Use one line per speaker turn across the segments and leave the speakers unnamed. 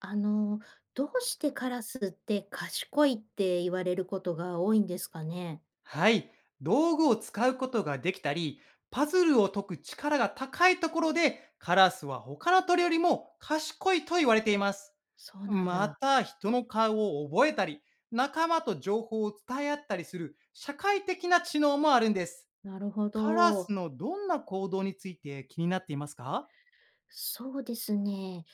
あの、どうしてカラスって賢いって言われることが多いんですかね。
はい。道具を使うことができたり、パズルを解く力が高いところで、カラスは他の鳥よりも賢いと言われています。
そうなん
ま
だ。
た、人の顔を覚えたり、仲間と情報を伝え合ったりする社会的な知能もあるんです。
なるほ
カラ
ど。
スのどんな行動について気になっていますか？
そうですね。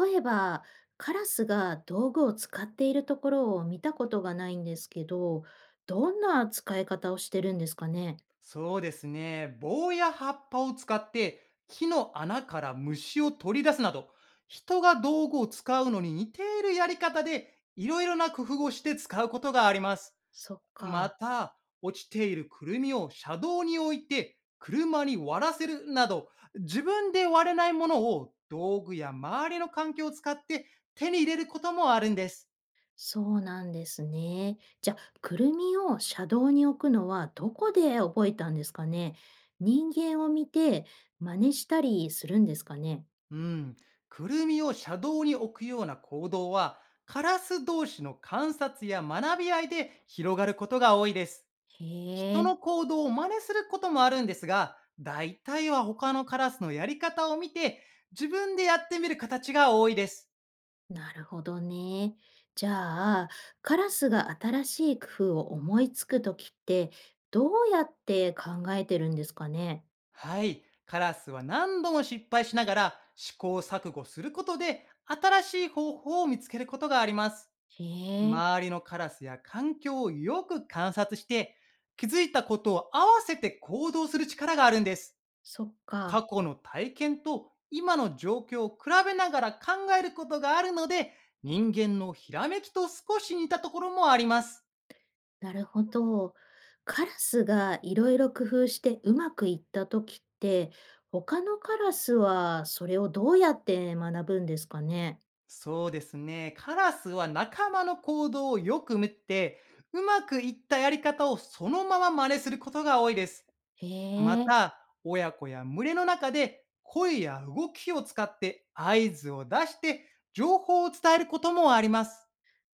例えば、カラスが道具を使っているところを見たことがないんですけど、どんな使い方をしてるんですかね。
そうですね。棒や葉っぱを使って木の穴から虫を取り出すなど、人が道具を使うのに似ているやり方で、いろいろな工夫をして使うことがあります。
そっ
ま
か。
た、落ちているくるみを車道に置いて車に割らせるなど、自分で割れないものを道具や周りの環境を使って手に入れることもあるんです。
そうなんですね。じゃあ、くるみを車道に置くのはどこで覚えたんですかね。人間を見て真似したりするんですかね。
うん、くるみを車道に置くような行動は、カラス同士の観察や学び合いで広がることが多いです。
へ
人
え、
の行動を真似することもあるんですが、大体は他のカラスのやり方を見て、自分でやってみる形が多いです。
なるほどね。じゃあ、カラスが新しい工夫を思いつくときって、どうやって考えてるんですかね。
はい、カラスは何度も失敗しながら試行錯誤することで、新しい方法を見つけることがあります。
へえ、
周りのカラスや環境をよく観察して、気づいたことを合わせて行動する力があるんです。
そっか。
過去の体験と今の状況を比べながら考えることがあるので、人間のひらめきと少し似たところもあります。
なるほど。カラスがいろいろ工夫してうまくいった時って、他のカラスはそれをどうやって学ぶんですかね。
そうですね。カラスは仲間の行動をよく見て、うまくいったやり方をそのまま真似することが多いです。
へ
ま
え、
た、親子や群れの中で声や動きを使って合図を出して情報を伝えることもあります。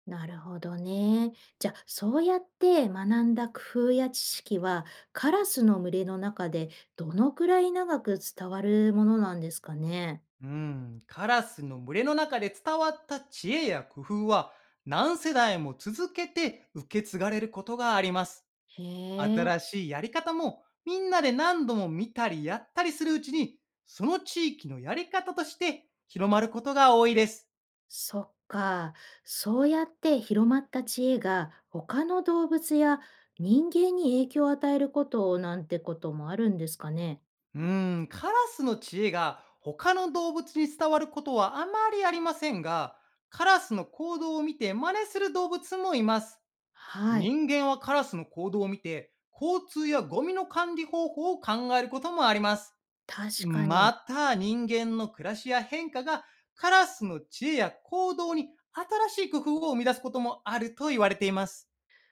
なるほどね。じゃあ、そうやって学んだ工夫や知識は、カラスの群れの中でどのくらい長く伝わるものなんですかね。
うん、カラスの群れの中で伝わった知恵や工夫は、何世代も続けて受け継がれることがあります。
へえ。
新しいやり方もみんなで何度も見たりやったりするうちに、その地域のやり方として広まることが多いです。
そっか。そうやって広まった知恵が他の動物や人間に影響を与えることなんてこともあるんですかね。
うーん、カラスの知恵が他の動物に伝わることはあまりありませんが、カラスの行動を見て真似する動物もいます。
はい。
人間はカラスの行動を見て、交通やゴミの管理方法を考えることもあります。
確か
ま
に。
た、人間の暮らしや変化が、カラスの知恵や行動に新しい工夫を生み出すこともあると言われています。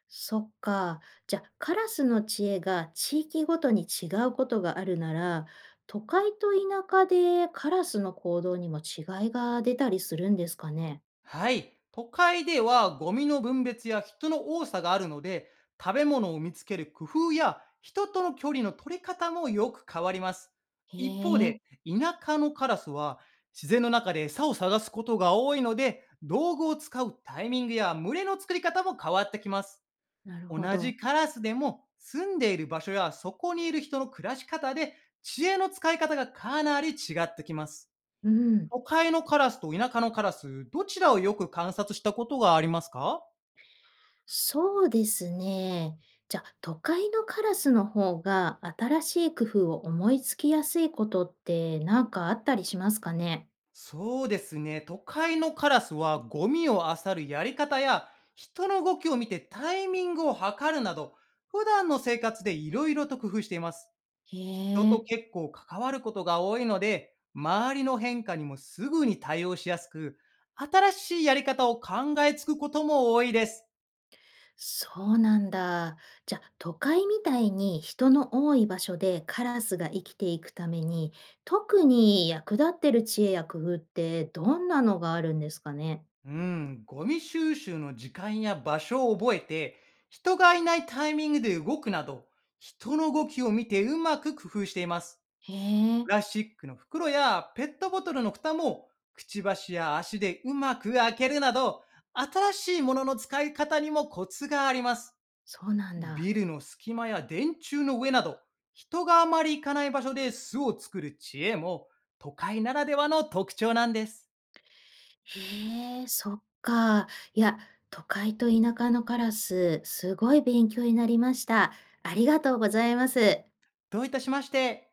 そっか。じゃあ、カラスの知恵が地域ごとに違うことがあるなら、都会と田舎でカラスの行動にも違いが出たりするんですかね。
はい。都会ではゴミの分別や人の多さがあるので、食べ物を見つける工夫や人との距離の取り方もよく変わります。
へ
一方
え、
で、田舎のカラスは自然の中で餌を探すことが多いので、道具を使うタイミングや群れの作り方も変わってきます。
なる
同
ほど。
じカラスでも住んでいる場所やそこにいる人の暮らし方で、知恵の使い方がかなり違ってきます。
うん。
都会のカラスと田舎のカラス、どちらをよく観察したことがありますか？
そうですね。じゃあ、都会のカラスの方が新しい工夫を思いつきやすいことってなんかあったりしますかね？
そうですね。都会のカラスはゴミを漁るやり方や人の動きを見てタイミングを測るなど、普段の生活でいろいろと工夫しています。
へ
人と
え、
結構関わることが多いので、周りの変化にもすぐに対応しやすく、新しいやり方を考えつくことも多いです。
そうなんだ。じゃあ、都会みたいに人の多い場所でカラスが生きていくために、特に役立ってる知恵や工夫ってどんなのがあるんですかね？
うん、ゴミ収集の時間や場所を覚えて、人がいないタイミングで動くなど、人の動きを見てうまく工夫しています。
へえ、
プラスチックの袋やペットボトルの蓋も、くちばしや足でうまく開けるなど、新しいものの使い方にもコツがあります。
そうなん
ビ
だ。
ルの隙間や電柱の上など、人があまり行かない場所で巣を作る知恵も、都会ならではの特徴なんです。
へえ、そっか。いや、都会と田舎のカラス、すごい勉強になりました。ありがとうございます。
どういたしまして。